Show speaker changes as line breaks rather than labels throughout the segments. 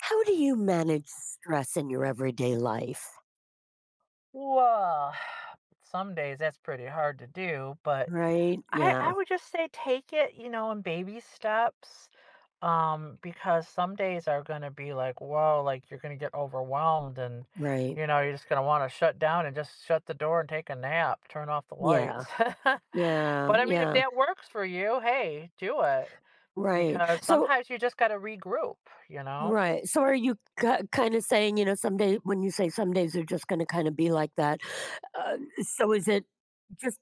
How do you manage stress in your everyday life?
Well, some days that's pretty hard to do, but
Right?
I
Yeah.
I would just say take it in baby steps. Because some days are gonna be like, whoa, like you're gonna get overwhelmed and
Right.
you're just gonna wanna shut down and just shut the door and take a nap, turn off the
Yeah.
lights.
Yeah.
But I mean, if
Yeah.
that works for you, hey, do it.
Right.
Because
So,
sometimes you just gotta regroup, you know?
right. So, are you ki kind of saying, you know, some days when you say some days are just going to kind of be like that? Is it just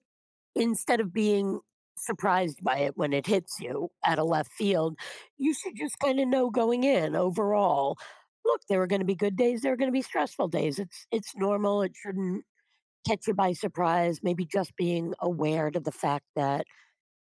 instead of being surprised by it when it hits you out of left field, you should just kind of know going in overall. Look, there are going to be good days. There are going to be stressful days. It's normal. It shouldn't catch you by surprise, maybe just being aware to the fact that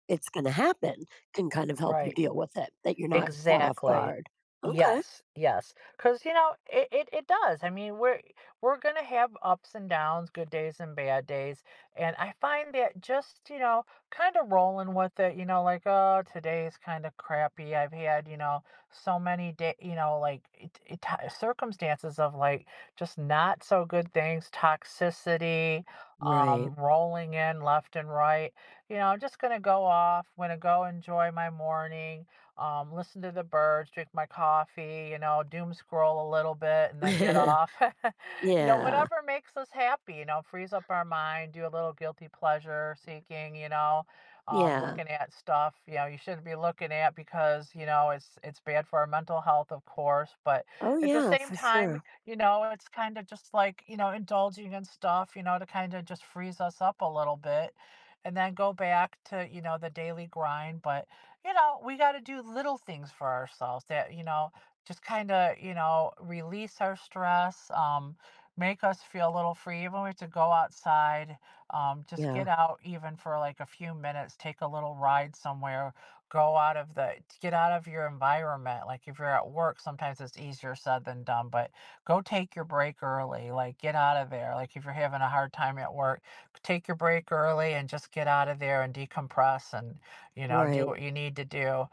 it's going to happen can kind of help you
Right.
deal with it, that you're not caught off
Exactly.
guard. Okay.
Yes, yes. Cause it does. I mean, we're gonna have ups and downs, good days and bad days, and I find that just, kind of rolling with it, like, "Oh, today's kind of crappy. I've had, so many day" like, it ti circumstances of, like, just not so good things, toxicity,
Right.
rolling in left and right. I'm just gonna go off, gonna go enjoy my morning, listen to the birds, drink my coffee, doom scroll a little bit and then get off.
Yeah.
Whatever makes us happy, frees up our mind, do a little guilty pleasure seeking,
Yeah.
looking at stuff, you shouldn't be looking at because, it's bad for our mental health, of course. But
Oh,
at the
yeah,
same
for
time,
sure.
it's kind of just like, indulging in stuff, to kind of just freeze us up a little bit and then go back to, the daily grind. But we got to do little things for ourselves that, just kind of, release our stress, make us feel a little free. Even we have to go outside, just get
Yeah.
out even for like a few minutes, take a little ride somewhere, go out of the, get out of your environment. Like if you're at work, sometimes it's easier said than done, but go take your break early, like get out of there. Like if you're having a hard time at work, take your break early and just get out of there and decompress and do
Right.
what you need to do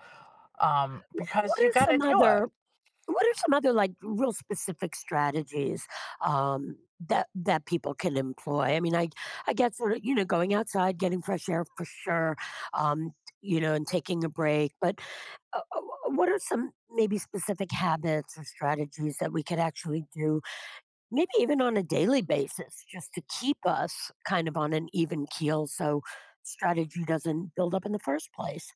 because
What
you
are
got to
some
do it.
other what are some other like real specific strategies um, that people can employ? I mean, I get sort of, you know, going outside, getting fresh air for sure, um, you know, and taking a break. But Uh, uh, what are some maybe specific habits or strategies that we could actually do, maybe even on a daily basis, just to keep us kind of on an even keel so strategy doesn't build up in the first place?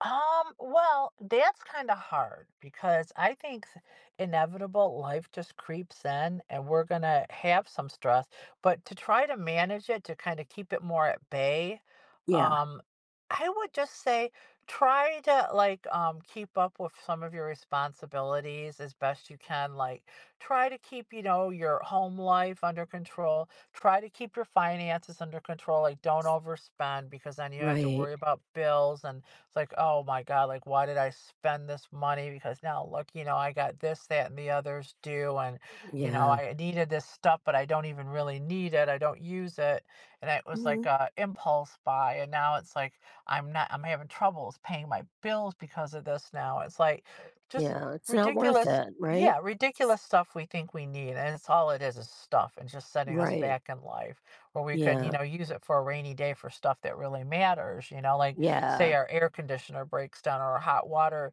Well, that's kind of hard because I think inevitable life just creeps in and we're going to have some stress, but to try to manage it, to kind of keep it more at bay,
Yeah.
um, I would just say try to like keep up with some of your responsibilities as best you can. Like try to keep, your home life under control. Try to keep your finances under control. Like don't overspend because then you have to
Right.
worry about bills and it's like, oh my God, like, why did I spend this money? Because now look, I got this, that, and the others due. And,
Yeah.
I needed this stuff, but I don't even really need it. I don't use it. And it was
Hmm.
like a impulse buy. And now it's like, I'm not, I'm having troubles paying my bills because of this now. It's like just
Yeah. It's not worth
ridiculous.
it. Right.
Yeah, ridiculous stuff we think we need. And it's all it is stuff and just setting us
Right.
back in life where we could,
Yeah.
use it for a rainy day for stuff that really matters, like say
Yeah.
our air conditioner breaks down or our hot water,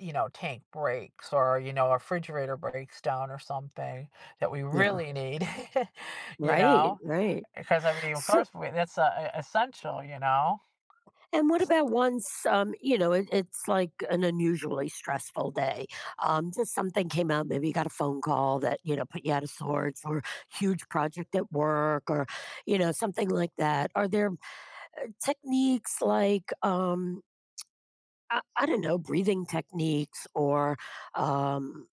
tank breaks or, our refrigerator breaks down or something that we
Yeah.
really need, you
Right.
know?
Right.
Because I mean, of
So,
course, that's essential, you know?
And what about once, you know, it's like an unusually stressful day? Just something came out, maybe you got a phone call that, you know, put you out of sorts, or huge project at work, or, you know, something like that. Are there techniques like, I don't know, breathing techniques, or, um,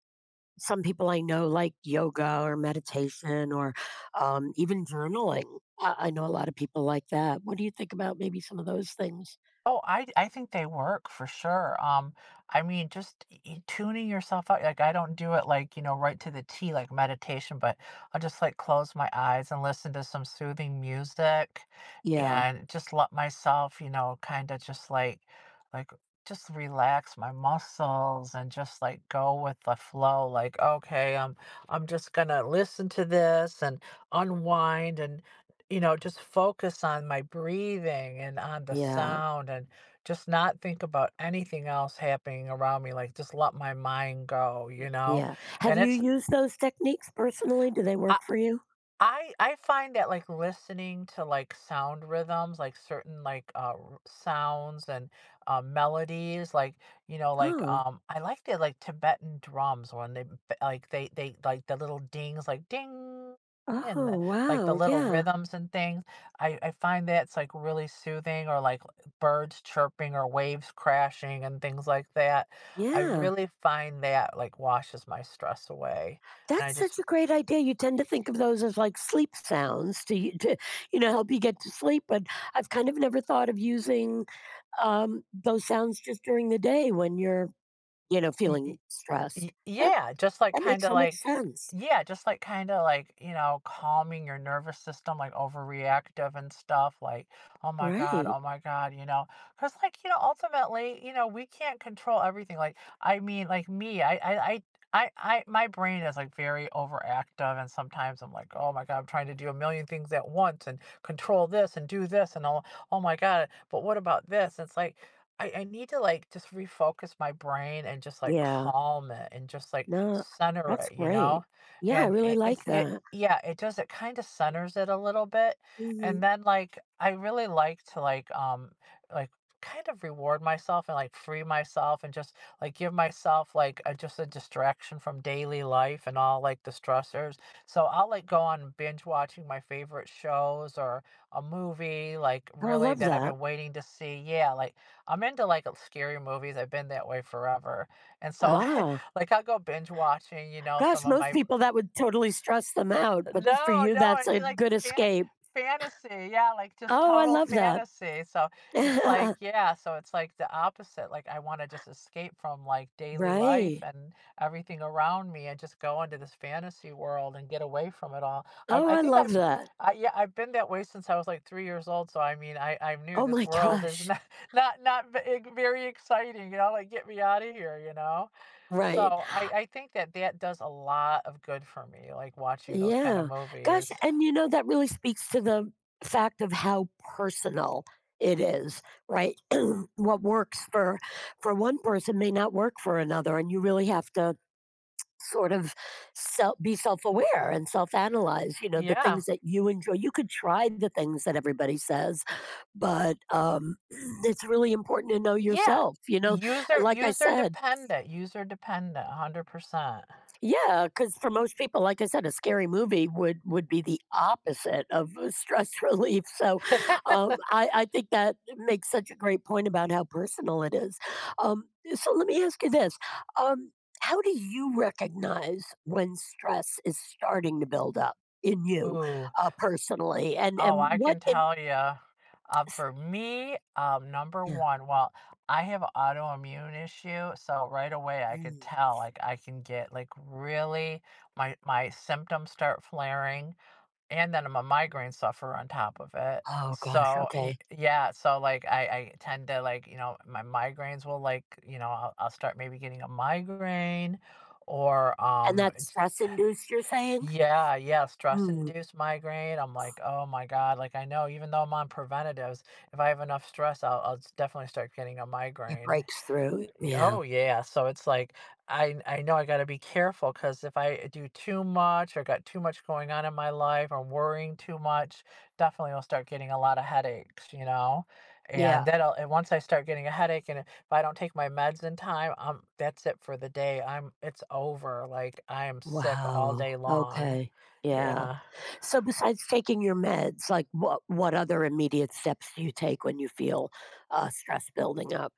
some people I know like yoga or meditation or even journaling. I know a lot of people like that. What do you think about maybe some of those things?
Oh, I think they work for sure. I mean, just tuning yourself out. Like I don't do it like, right to the T like meditation, but I'll just like close my eyes and listen to some soothing music
Yeah,
and just let myself, kind of just like like just relax my muscles and just like go with the flow. Like, okay, I'm just gonna listen to this and unwind and just focus on my breathing and on the
yeah.
sound and just not think about anything else happening around me. Like just let my mind go, you know?
Yeah. Have
And
you used those techniques personally? Do they
I
work for you?
I find that, like, listening to, like, sound rhythms, like, certain, like, r sounds and, melodies, like, like,
Oh,
I like the, like, Tibetan drums when they b like, they like, the little dings, like, "Ding," and
oh,
the like, the
wow.
little
Yeah.
rhythms and things. I find that's, like, really soothing or, like, birds chirping or waves crashing and things like that. I
Yeah.
really find that, like, washes my stress away, and I
That's
just
such a great idea. You tend to think of those as like sleep sounds to, to, you know, help you get to sleep. But I've kind of never thought of using those sounds just during the day when you're, you know,
y
feeling
Y
stressed. That
yeah,
that makes so much sense.
just like kinda like, calming your nervous system, like overreactive and stuff, like,
Right.
oh my god," because like, ultimately, we can't control everything, like, I mean, like me, I my brain is like very overactive and sometimes I'm like, "Oh my god, I'm trying to do a million things at once and control this and do this and all oh my god, but what about this?" It's like I need to, like, just refocus my brain and just, like,
Yeah.
calm it and just, like,
No,
center
that's
it, you know?
great. Yeah, I
And
really
it it's
like
it
that.
yeah, it does it kinda centers it a little bit,
Hmm.
and then, like, I really like to, like, like, kind of reward myself and, like, free myself and just, like, give myself, like, a just a distraction from daily life and all, like, the stressors. So I'll, like, go on binge watching my favorite shows or a movie, like,
Oh, I
really
love
that I've
that.
been waiting to see. Yeah, like I'm into like scary movies. I've been that way forever. And so
Ah.
like I'll go binge watching,
Gosh,
some of
most
my
people that would totally stress them out, but for
no,
you,
no,
that's
it's
a
like
good escape.
fantasy. Yeah, like just
Oh, I
total
love
fantasy. So it's like,
that.
yeah, so it's like the opposite. Like I want to just escape from like daily life
Right.
and everything around me and just go into this fantasy world and get away from it all.
Oh,
I
I
think
love that.
I yeah, I've been that way since I was like 3 years old. So I mean, I knew
Oh
this
my
world is
gosh.
not not very exciting. Like get me out of here.
Right.
So I think that that does a lot of good for me, like watching those kind of
Yeah. Gosh,
movies.
and you know, that really speaks to the fact of how personal it is, right? What works for one person may not work for another, and you really have to sort of be self-aware and self-analyze, you know, the
Yeah.
things that you enjoy. You could try the things that everybody says, but it's really important to know
Yeah.
yourself, you know,
User
like I
user
said.
dependent, user dependent, 100%.
Yeah, because for most people, like I said, a scary movie would be the opposite of a stress relief, so, I think that makes such a great point about how personal it is. Um, so let me ask you this, um, how do you recognize when stress is starting to build up in you,
Ooh,
personally?
oh,
And
I
what
can
in
tell you.
s
For me, number
Yeah.
one, well, I have a autoimmune issue, so right away I could
Mm.
tell, like I can get like really my symptoms start flaring. And then I'm a migraine sufferer on top of it.
Oh gosh,
So
okay.
yeah, so like I tend to like, my migraines will like, I'll start maybe getting a migraine or
And that's stress induced, you're saying?
yeah, yeah, stress
Mm,
induced migraine. I'm like, oh my God, like I know even though I'm on preventatives, if I have enough stress, I'll definitely start getting a
it
migraine.
breaks through. Yeah.
Oh yeah, so it's like I know I got to be careful because if I do too much or got too much going on in my life or worrying too much, definitely I'll start getting a lot of headaches. And
Yeah.
then I'll, and once I start getting a headache and if I don't take my meds in time, that's it for the day. I'm it's over. Like I am sick all
Wow,
day long.
okay, yeah.
Yeah.
So besides taking your meds, like, what other immediate steps do you take when you feel, stress building up?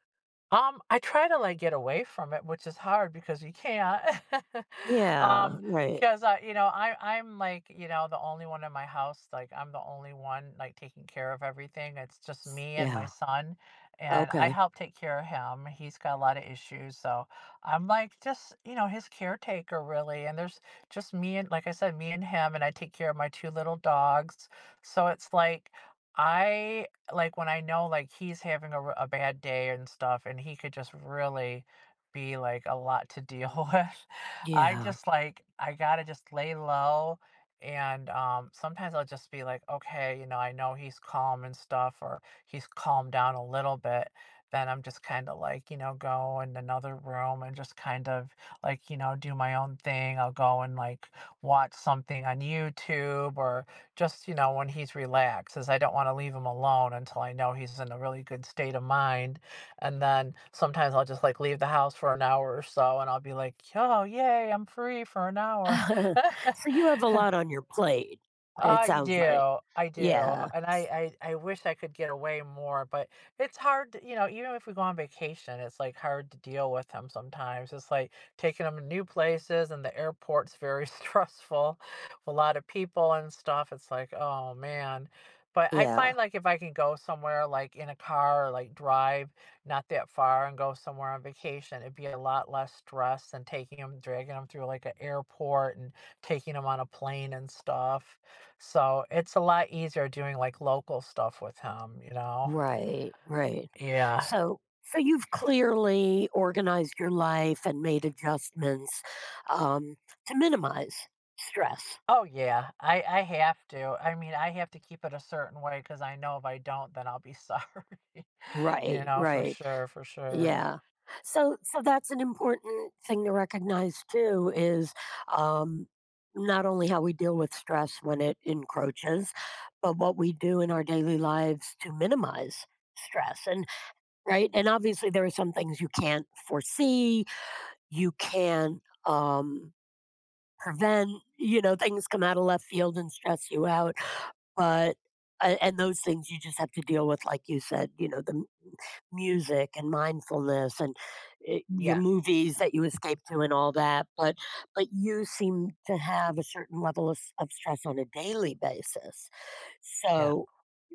I try to, like, get away from it, which is hard because you can't. Um,
Yeah,
Um,
right.
because I'm, like, the only one in my house, like, I'm the only one, like, taking care of everything, it's just me and my
Yeah,
son, and I
okay,
help take care of him, he's got a lot of issues, so I'm, like, just, his caretaker really, and there's just me and like I said, me and him, and I take care of my two little dogs, so it's like, I like when I know like he's having a bad day and stuff, and he could just really be like a lot to deal with. I
yeah.
just like I gotta just lay low, and sometimes I'll just be like, okay, I know he's calm and stuff, or he's calmed down a little bit. Then I'm just kind of like, go in another room and just kind of like, do my own thing. I'll go and like watch something on YouTube or just, when he's relaxed, is I don't want to leave him alone until I know he's in a really good state of mind. And then sometimes I'll just like leave the house for an hour or so and I'll be like, oh, yay, I'm free for an hour.
So you have a lot on your plate, it sounds like.
I do,
Yeah,
and I wish I could get away more, but it's hard to, even if we go on vacation, it's like hard to deal with them sometimes. It's like taking them to new places and the airport's very stressful with a lot of people and stuff. It's like, oh man. But I
yeah.
find like if I can go somewhere like in a car or like drive not that far and go somewhere on vacation, it'd be a lot less stress than taking them, dragging them through like an airport and taking them on a plane and stuff. So, it's a lot easier doing, like, local stuff with him, you know?
Right, right.
Yeah.
So so you've clearly organized your life and made adjustments, um, to minimize stress.
Oh, yeah. I have to. I mean, I have to keep it a certain way because I know if I don't, then I'll be sorry. You
Right,
know, for
right.
sure, for sure.
Yeah. So so that's an important thing to recognize too is um not only how we deal with stress when it encroaches, but what we do in our daily lives to minimize stress. And right, and obviously there are some things you can't foresee, you can't prevent, you know, things come out of left field and stress you out, but and those things you just have to deal with, like you said, you know, the music and mindfulness and your
Yeah,
movies that you escape to and all that, but you seem to have a certain level of, of stress on a daily basis,
yeah.
so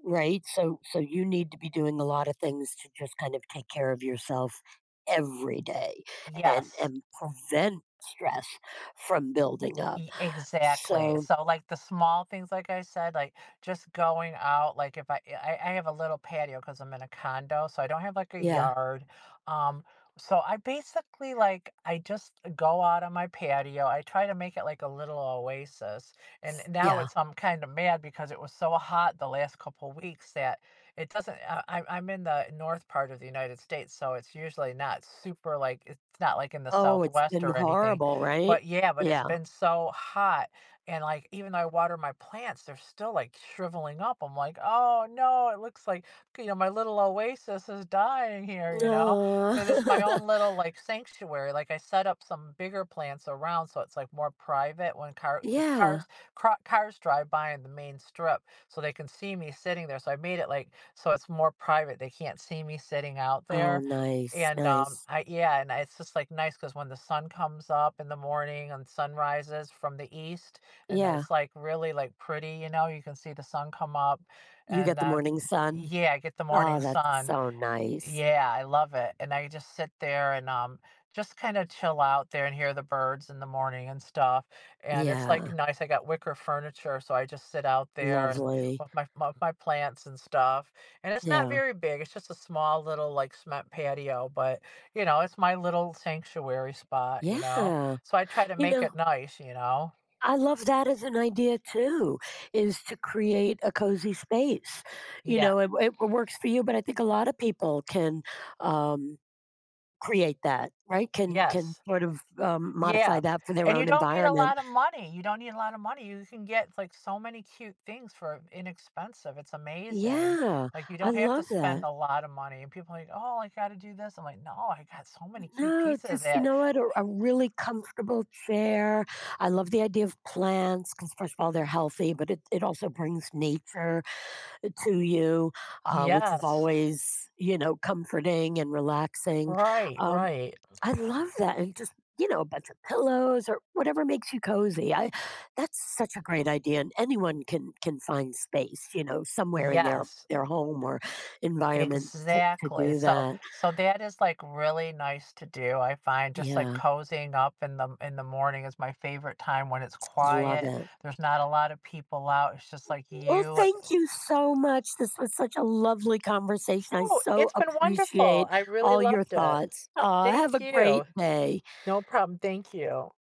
right, so so you need to be doing a lot of things to just kind of take care of yourself every day
Yes.
and prevent stress from building up
E exactly.
so
So, like, the small things, like I said, like, just going out, like, if I have a little patio because 'cause I'm in a condo, so I don't have, like, a
yeah.
yard, um, so I basically, like, I just go out on my patio, I try to make it like a little oasis, and now
Yeah.
it's I'm kinda mad because it was so hot the last couple weeks that it doesn't I I'm in the north part of the United States, so it's usually not super, like it's not like in the
Oh, it's
Southwest
been
or anything,
horrible, right?
but yeah, but it's
Yeah.
been so hot, and, like, even though I water my plants, they're still, like, shriveling up. I'm like, "Oh, no, it looks like, my little oasis is dying here," you know,
No.
because it's my own little, like, sanctuary. Like, I set up some bigger plants around so it's, like, more private because
Yeah.
cars drive by in the main strip, so they can see me sitting there. So I made it, like, so it's more private. They can't see me sitting out
Oh,
there.
nice,
And
nice.
I yeah, and I- it's just like nice because when the sun comes up in the morning and sun rises from the east, and
Yeah,
it's like really like pretty, you know, you can see the sun come up,
you
and
get the
then
morning sun.
yeah, get the
Oh,
morning
that's
sun,
so nice.
yeah, I love it, and I just sit there and, just kinda chill out there and hear the birds in the morning and stuff, and it's, like,
Yeah,
nice, I got wicker furniture, so I just sit out there and
lovely.
with my plants and stuff, and it's not
Yeah,
very big, it's just a small little, like, cement patio, but, it's my little sanctuary spot, you know?
yeah.
So I try to
You
make
know,
it nice, you know?
I love that as an idea too, is to create a cozy space. You
Yeah.
know, it works for you, but I think a lot of people can um, create that, right? Can
Yes.
sort of modify
Yeah,
that for their
and you
own
don't need a
environment.
lot of money, you don't need a lot of money, you can get, like, so many cute things for inexpensive, it's amazing.
Yeah,
Like, you
I
don't have to
love
spend
that.
a lot of money, and people are like, "Oh, I gotta do this." I'm like, "No, I got so many cute
No,
pieces
just you
at."
know what? A really comfortable chair. I love the idea of plants because, first of all, they're healthy, but it also brings nature to you, which is
Yes,
always, you know, comforting and relaxing.
right,
Um,
right.
I love that. And just, you know, a bunch of pillows or whatever makes you cozy. I That's such a great idea. And anyone can find space, you know, somewhere in
Yes,
their home or environment to
exactly,
do
so
that.
so that is, like, really nice to do, I find just, like,
Yeah.
cozying up in the morning is my favorite time when it's
Love
quiet,
it.
there's not a lot of people out, it's just, like,
Well,
you.
thank you so much. This was such a lovely conversation. I
Oh,
so
it's been wonderful.
appreciate
I really
all your
loved it.
thoughts. Have
Thank
a great
you.
day.
No problem. Thank you.